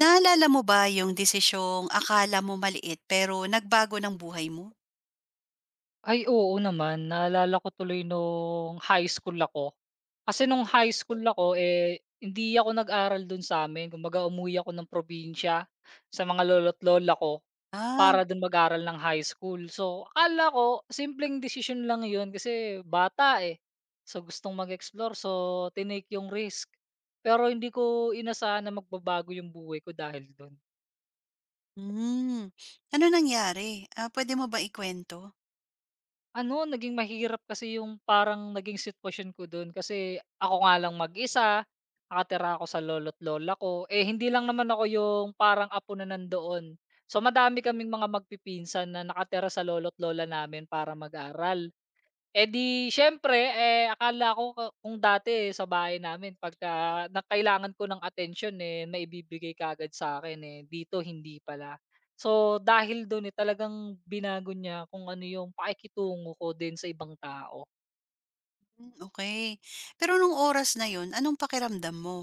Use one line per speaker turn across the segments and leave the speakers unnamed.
Naalala mo ba yung desisyong akala mo maliit pero nagbago ng buhay mo?
Ay oo naman, naalala ko tuloy nung high school ako. Kasi nung high school ako, eh, hindi ako nag-aral dun sa'min kumbaga umuwi ako ng probinsya sa mga lolo't lola ko
Ah,
para dun mag-aral ng high school. So, akala ko simpleng decision lang yun kasi bata, eh. So, gustong mag-explore so tinake yung risk. Pero hindi ko inasahan na magbabago yung buhay ko dahil dun.
hmm. Ano nangyari? Ah, puwede mo ba ikwento?
Ano, naging mahirap kasi yung parang naging sitwasyon ko dun kasi ako nga lang mag-isa, nakatira ako sa lolo't lola ko. Eh, hindi lang naman ako yung parang apo na nandoon. So, madami kaming mga magpipinsan na nakatira sa lolo't lola namin para mag-aral. Eh, di siyempre, eh, akala ko kung dati eh, sa bahay namin pagka na kailangan ko ng attention, eh, maibibigay sa akin, eh, dito hindi pala. So, dahil dun, eh, talagang binago niya kung ano yung pakikitungo ko din sa ibang tao.
Hmm, okey. Pero nung oras na yun, anong pakiramdam mo?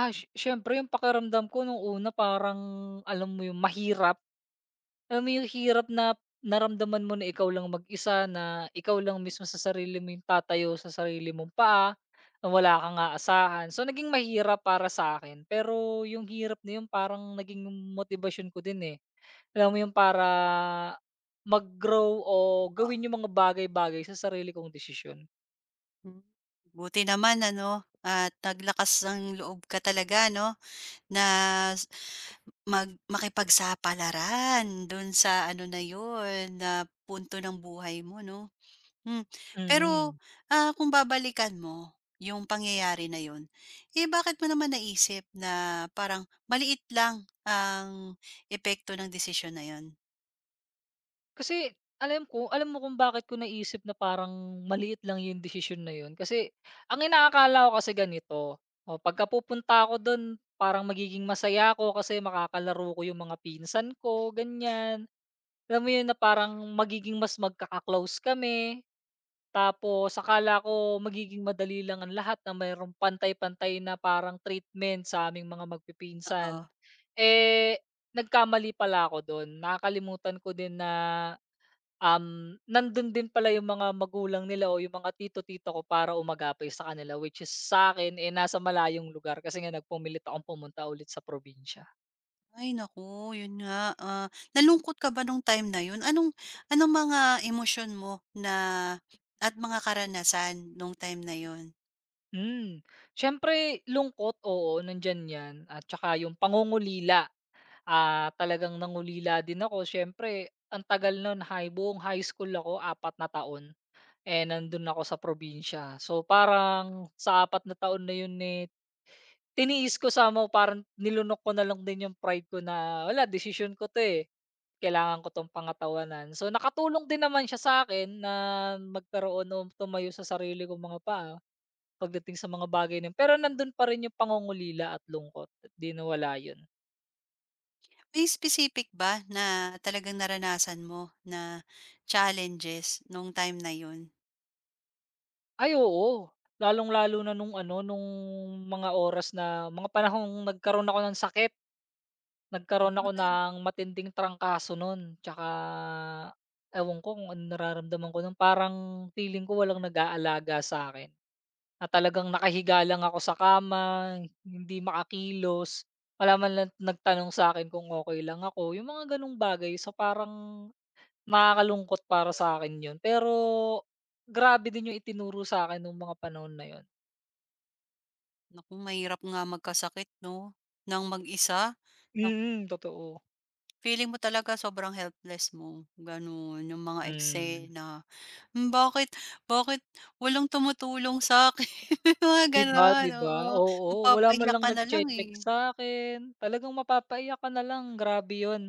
Ah, siyempre yung pakiramdam ko nung una parang alam mo yung mahirap. Alam mo yung hirap na naramdaman mo na ikaw lang mag-isa, na ikaw lang mismo sa sarili mo yung tatayo sa sarili mong paa, na wala kang aasahan. So, naging mahirap para sa akin. Pero yung hirap na yun, parang naging motivation ko din eh. Alam mo yung para mag-grow o gawin yung mga bagay-bagay sa sarili kong desisyon.
Hmm, buti naman ano at naglakas ng loob ka talaga 'no, na s mag makipagsapalaran dun sa ano na yun, na punto ng buhay mo 'no? Hmm,
Mm
pero,
mm.
kung babalikan mo yung pangyayari na yun, eh, bakit mo naman naisip na parang maliit lang ang epekto ng desisyon na yun?
Kasi alam ko alam mo kung bakit ko naisip na parang maliit lang yung desisyon na yun, kasi ang inaakala ko kasi ganito, o pagka pupunta ako dun parang magiging masaya ako kasi makakalaro ko yung mga pinsan ko, ganyan. Alam mo yun na parang magiging mas magkaka-close kami, tapos akala ko magiging madali lang ang lahat na mayroong pantay-pantay na parang treatment sa aming mga
Oo.
magpipinsan. Eh, nagkamali pala ako dun, nakakalimutan ko din na nandun din pala yung mga magulang nila o yung mga tito-tito ko para umagapay sa kanila which is sa'kin, eh, nasa malayong lugar kasi nga nagpumilit akong pumunta ulit sa probinsya.
Ay naku, yun nga, nalungkot ka ba nung time na yun? Anong anong mga emosyon mo na at mga karanasan nung time na yun?
Hmm, Siyempre lungkot, oo, nandiyan 'yan at tsaka yung pangungulila, talagang nangulila din ako siyempre ang tagal nun buong high school ako, 4 na taon, eh, nandun ako sa probinsya. So, parang sa 4 na taon na yun, eh, tiniis ko somehow parang nilunok ko na lang din yung pride ko na, "Wala decision ko 'to, eh, kailangan ko 'tong pangatawanan." So, nakatulong din naman siya sa akin na magkaroon o tumayo sa sarili kong mga paa pagdating sa mga bagay na yun. Pero nandun pa rin yung pangungulila at lungkot, 'di nawala yun.
May specific ba na talagang naranasan mo na challenges nung time na yun?
Ay oo, lalong-lalo na nung ano, nung mga oras na mga panahong nagkaroon ako ng sakit. Nagkaroon ako ng matinding trangkaso nun tsaka ewan ko kung anong nararamdaman ko nun, parang feeling ko walang nag-aalaga sa akin, na talagang nakahiga lang ako sa kama, hindi makakilos, wala man lang nagtanong sa akin kung okey lang ako, yung mga ganong bagay. So, parang nakakalungkot para sa akin yun, pero grabe din yung itinuro sa akin nung mga panahon na yun.
Naku, mahirap nga magkasakit 'no, nang mag-isa. Nak
Mm, totoo.
feeling mo talaga sobrang helpless mo, gano'n. Yung mga
Hmm.
eksena, "Hmm, bakit bakit walang tumutulong sa'kin?" Mga
'Di ba,
gano'n,
'di ba?
oo.
Oo, wala man
Mapapaiyak
lang
ka na lang,
nagche-check
eh.
sa'kin, talagang mapapaiyak ka na lang, grabe 'yun.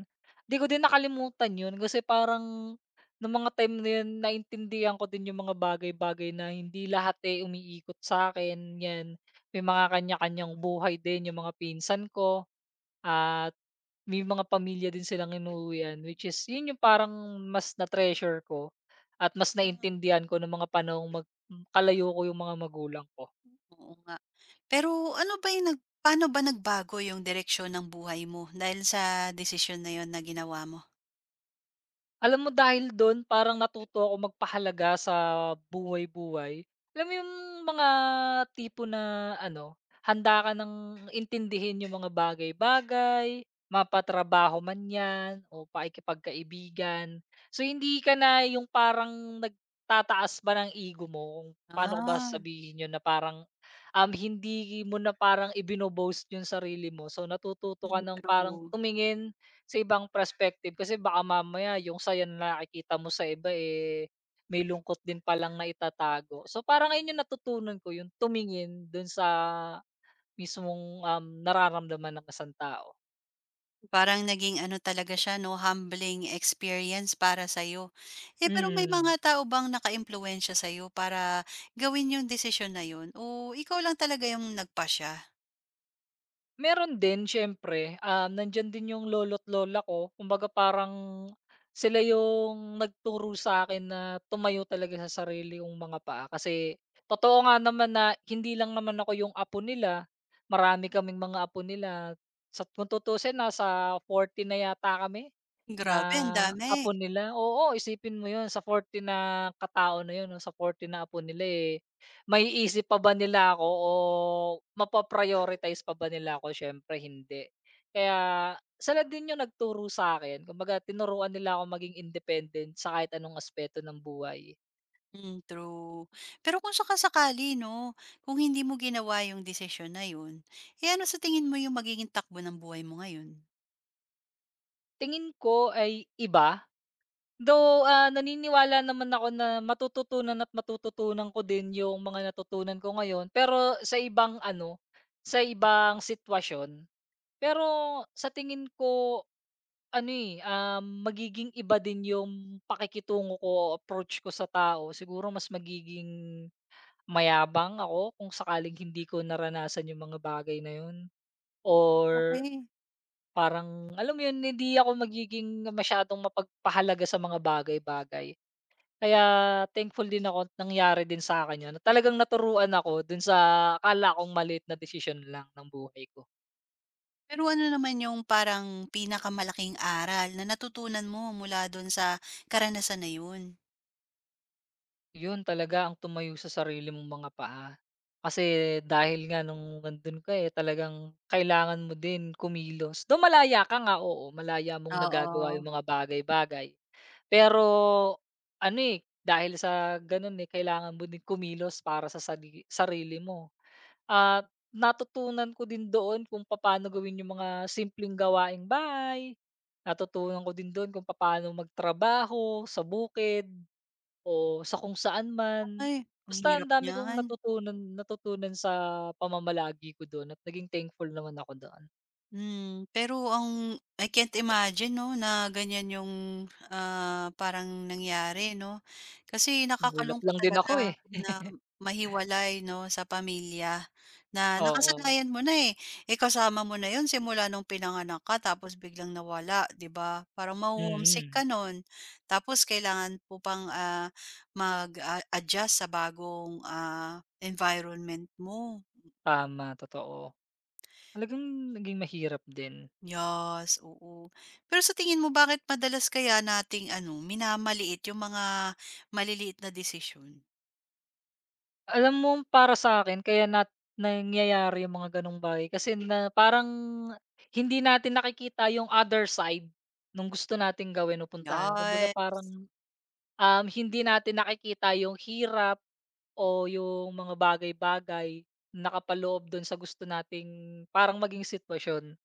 'Di ko din nakalimutan 'yun kasi parang nung mga time na 'yun naintindihan ko din yung mga bagay-bagay na hindi lahat, eh, umiikot sa'kin 'yan. May mga kanya-kanyang buhay din yung mga pinsan ko at may mga pamilya din silang inuuwian which is 'yun yung parang mas na-treasure ko at mas
Ah,
naintindihan ko nung mga panahong kalayo ko yung mga magulang ko.
oo nga. Pero ano ba yung paano ba nagbago yung direksyon ng buhay mo dahil sa desisyon na yun na ginawa mo?
Alam mo dahil dun parang natuto ako magpahalaga sa buhay-buhay. Alam mo yung mga tipo na ano, handa ka ng intindihin yung mga bagay-bagay, mapatrabaho man 'yan o pakikipagkaibigan. So, hindi ka na yung parang nagtataas ba ng ego mo kung paano ko ba
Ah,
sabihin yun na parang, hindi mo na parang ibino yung sarili mo. So, natututo ka
mm,
ng parang
true.
tumingin sa ibang perspective kasi baka mamaya yung saya na nakikita mo sa iba, eh, may lungkot din palang na itatago. So, parang ayun yung natutunan ko, yung tumingin dun sa mismong, nararamdaman ng isang tao.
Parang naging ano talaga siya 'no, humbling experience para sa'yo. Eh, pero may mga
Mm.
tao bang naka-impluwensya sa'yo para gawin yung desisyon na yun o ikaw lang talaga yung nagpasya?
Meron din siyempre, nandiyan din yung lolo't lola ko kumbaga parang sila yung nagturo sa akin na tumayo talaga sa sarili kong mga paa kasi totoo nga naman na hindi lang naman ako yung apo nila, marami kaming mga apo nila sa kung tutuusin nasa 40 na yata kami na
Grabe ang dami.
apo nila, oo, isipin mo yun sa 40 na katao na yun 'no, sa 40 na apo nila, eh, maiisip pa ba nila ako o mapa-prioritize pa ba nila ako, siyempre hindi. Kaya sila din yung nagturo sa'kin, kumbaga tinuruan nila ako maging independent sa kahit anong aspeto ng buhay.
Hmm, true. Pero kung saka-sakali 'no, kung hindi mo ginawa yung desisyon na yun, eh, ano sa tingin mo yung magiging takbo ng buhay mo ngayon?
Tingin ko ay iba, though, naniniwala naman ako na matututunan at matututunan ko din yung mga natutunan ko ngayon, pero sa ibang ano, sa ibang sitwasyon. Pero sa tingin ko ano, eh, magiging iba din yung pakikitungo ko approach ko sa tao. Siguro mas magiging mayabang ako kung sakaling hindi ko naranasan yung mga bagay na yun or
Okay.
parang alam mo yun, hindi ako magiging masyadong mapagpahalaga sa mga bagay-bagay. Kaya thankful din ako at nangyari din sa'kin yun talagang naturuan ako dun sa akala kong maliit na decision lang ng buhay ko.
Pero ano naman yung parang pinakamalaking aral na natutunan mo mula dun sa karanasan na yun?
Yun talaga ang tumayo sa sarili mong mga paa. Kasi dahil nga nung nandun ka, eh, talagang kailangan mo din kumilos. Do malaya ka nga, oo, malaya mong nagagawa
Oo.
yung mga bagay-bagay. Pero ano, eh, dahil sa ganun, eh, kailangan mo din kumilos para sa sarili mo. At natutunan ko din doon kung paano gawin yung mga simpleng gawaing bahay. Natutunan ko din doon kung paano magtrabaho sa bukid. O sa kung saan man.
Ay, ang
Basta ang
hirap
dami kong
niyan.
natutunan natutunan sa pamamalagi ko dun at naging thankful naman ako doon.
Hmm, pero ang I can't imagine 'no, na ganyan yung, parang nangyari 'no. Kasi
Nagulat
nakakalungkot
lang din ako, eh.
talaga na mahiwalay 'no, sa pamilya na
Oo,
nakasanayan mo na, eh. Eh, kasama mo na yun simula nung pinanganak ka tapos biglang nawala, 'di ba? Parang maho-homesick
mm.
ka nun. Tapos kailangan mo pang, mag, adjust sa bagong, environment mo.
Tama, totoo. Talagang naging mahirap din.
Yes, oo. Pero sa tingin mo bakit madalas kaya nating ano, minamaliit yung mga maliliit na desisyon?
Alam mo para sa'kin kaya nangyayari yung mga ganong bagay kasi na parang hindi natin nakikita yung other side nung gusto nating gawin o puntahan. Kumbaga
Yes,
parang hindi natin nakikita yung hirap o yung mga bagay-bagay na nakapaloob dun sa gusto nating parang maging sitwasyon.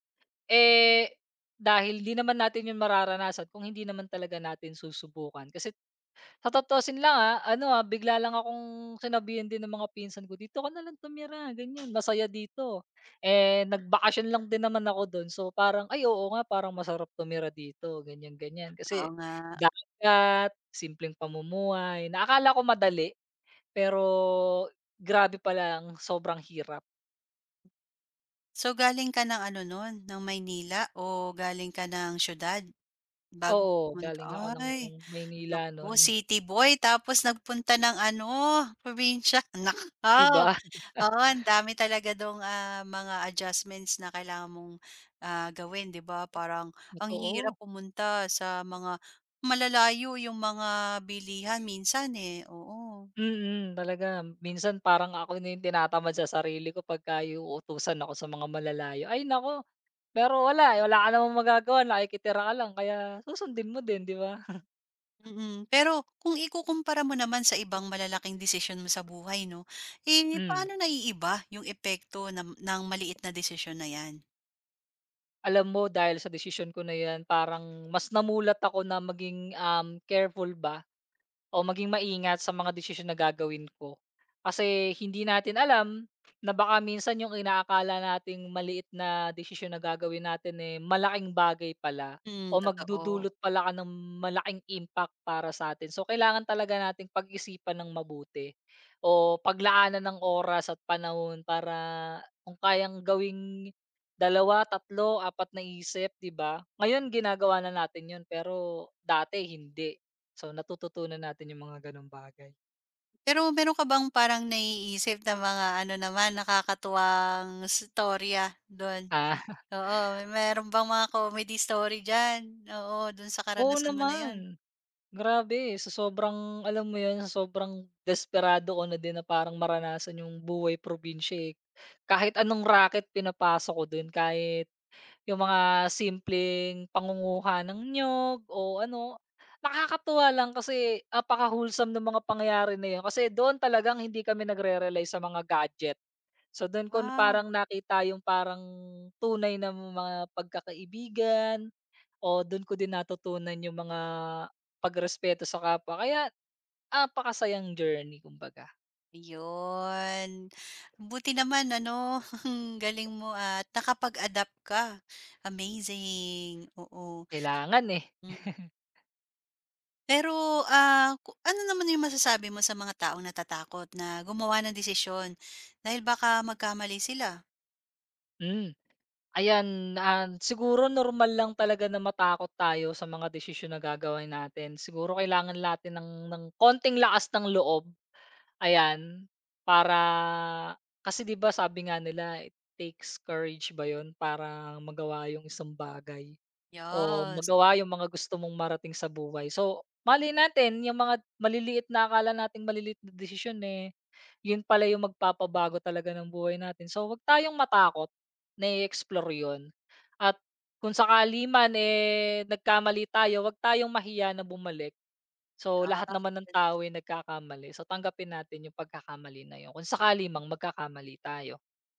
Eh, dahil 'di naman natin yun mararanasan kung hindi naman talaga natin susubukan kasi sa tutuusin lang, ano, bigla lang akong sinabihan din ng mga pinsan ko, "Dito ka na lang tumira, ganyan, masaya dito." Eh, nagbakasyon lang din naman ako do'n, so parang, "Ay, oo nga, parang masarap tumira dito." Ganyan, ganyan.
oo
Kasi
nga.
dagat, simpleng pamumuhay na akala ko madali, pero grabe pala ang sobrang hirap.
So galing ka ng ano nun, ng Maynila o galing ka ng siyudad bago
Oo,
pumunta?
galing ako ng
Ay,
Maynila
naku,
no'n.
city boy tapos nagpunta ng ano, probinsya. Nako!
Iba,
Oo, ang dami talaga dong, mga adjustments na kailangan mong, gawin, 'di ba? Parang ang
totoo.
hirap pumunta sa mga malalayo yung mga bilihan minsan, eh, oo.
Talaga minsan parang ako na yung tinatamad sa sarili ko pagka yung utusan ako sa mga malalayo. Ay naku, pero wala ka namang magagawa nakikitira ka lang kaya susundin mo din, 'di ba?
Mm, pero kung ikukumpara mo naman sa ibang malalaking desisyon mo sa buhay 'no, eh,
Hmm,
paano naiiba yung epekto ng maliit na desisyon na 'yan?
alam mo dahil sa desisyon ko na 'yan parang mas namulat ako na maging, careful ba o maging maingat sa mga desisyon na gagawin ko. Kasi hindi natin alam na baka minsan yung inaakala nating maliit na desisyon na gagawin natin, eh, malaking bagay pala
Mm,
o
totoo.
magdudulot pala ka ng malaking impact para sa atin. So, kailangan talaga nating pag-isipan ng mabuti o paglaanan ng oras at panahon para kung kayang gawing 2, 3, 4 na isip, 'di ba? Ngayon ginagawa na natin 'yun, pero dati hindi. So, natututunan natin yung mga gano'ng bagay.
Pero meron ka bang parang naiisip na mga ano naman nakakatuwang storya dun?
Ah,
Oo, may meron bang mga comedy story diyan? Oo, dun sa
oo
karanasan mo na yon.
naman, grabe sa sobrang alam mo 'yun, sa sobrang desperado ko na din na parang maranasan yung buhay probinsya, eh. Kahit anong racket pinapasok ko dun, kahit yung mga simpleng pangunguha ng niyog o ano. Nakakatuwa lang kasi napaka-wholesome ng mga pangyayari na 'yun kasi doon talagang hindi kami nagre-rely sa mga gadget. So, dun ko
Ah,
parang nakita yung parang tunay na mga pagkakaibigan o dun ko din natutunan yung mga pagrespeto sa kapwa kaya napakasayang journey kumbaga.
ayun. Buti naman ano, ang galing mo at nakapag-adapt ka. Amazing, oo.
Kailangan, eh.
Hmm. Pero, ah, ku ano naman yung masasabi mo sa mga taong natatakot na gumawa ng desisyon dahil baka magkamali sila?
Hmm, ayan, siguro normal lang talaga na matakot tayo sa mga desisyon na gagawin natin. Siguro kailangan natin ng konting lakas ng loob. Ayan, para kasi 'di ba sabi nga nila it takes courage ba 'yun para magawa yung isang bagay o
Yes,
magawa yung mga gusto mong marating sa buhay. So, malay natin yung mga maliliit na akala nating maliliit na desisyon, eh, yun pala yung magpapabago talaga ng buhay natin. So, wag tayong matakot na i-explore yun at kung sakali man, eh, nagkamali tayo, wag tayong mahiya na bumalik. So, lahat
yan.
naman ng tao ay nagkakamali. So, tanggapin natin yung pagkakamali na yun. Kung sakali mang magkakamali tayo.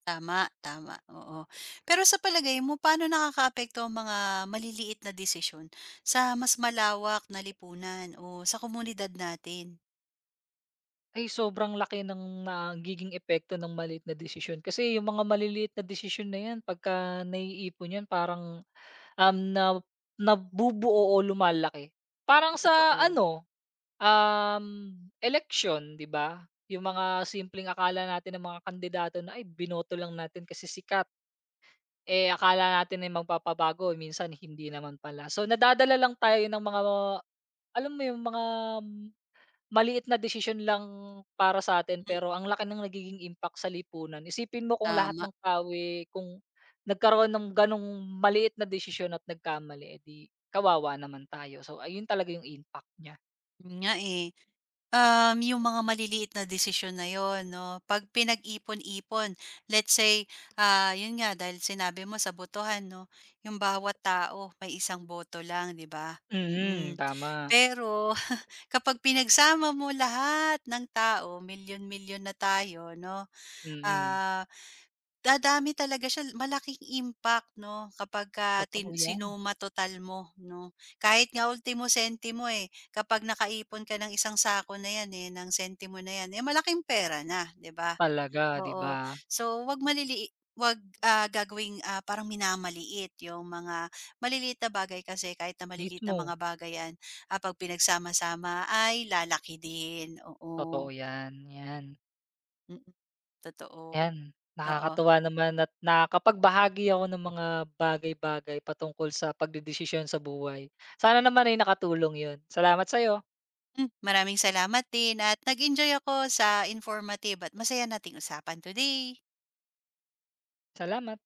Tama, tama, oo. Pero sa palagay mo, paano nakakaapekto ang mga maliliit na desisyon sa mas malawak na lipunan o sa komunidad natin?
Ay, sobrang laki ng nagiging epekto ng maliit na desisyon. Kasi yung mga maliliit na desisyon na yan, pagka naiipon yan, parang um, na, nabubuo o lumalaki. Parang sa
Totoo.
ano, um, election, di ba? Yung mga simpleng akala natin ng mga kandidato na ay binoto lang natin kasi sikat. Eh, akala natin ay magpapabago, eh, minsan hindi naman pala. So, nadadala lang tayo ng mga alam mo yung mga maliit na decision lang para sa atin.
Mm,
Pero ang laki ng nagiging impact sa lipunan. Isipin mo kung lahat
tama,
ng tao, eh, kung nagkaroon ng gano'ng maliit na desisyon at nagkamali, edi, kawawa naman tayo. So, ayun talaga yung impact niya.
yun nga eh. Yung mga maliliit na desisyon na yon, no? Pag pinag-ipon-ipon, let's say, yun nga, dahil sinabi mo sa botohan, no? Yung bawat tao, may isang boto lang, di ba?
Mm,
Mm.
tama.
Pero, kapag pinagsama mo lahat ng tao, milyon-milyon na tayo 'no,
Mm.
ah, dadami talaga siya, malaking impact 'no kapagka tin
Totoo 'yan.
sinuma total mo 'no. Kahit nga ultimo sentimo, eh, kapag nakaipon ka ng isang sako na 'yan, eh, ng sentimo na 'yan, eh, malaking pera na, 'di ba?
Talaga, 'di
Oo.
ba?
So, 'wag, gagawing, parang minamaliit yung mga maliliit na bagay kasi kahit na maliliit na
Mismo.
mga bagay 'yan, 'pag pinagsama-sama ay lalaki din, oo.
Totoo 'yan, 'yan.
Mm, totoo,
Yan
oo.
nakakatuwa naman at nakakapagbahagi ako ng mga bagay-bagay patungkol sa pagdedesisyon sa buhay. Sana naman ay nakatulong 'yun. Salamat sa'yo.
Hmm, maraming salamat din at nag-enjoy ako sa informative at masaya nating usapan today.
Salamat.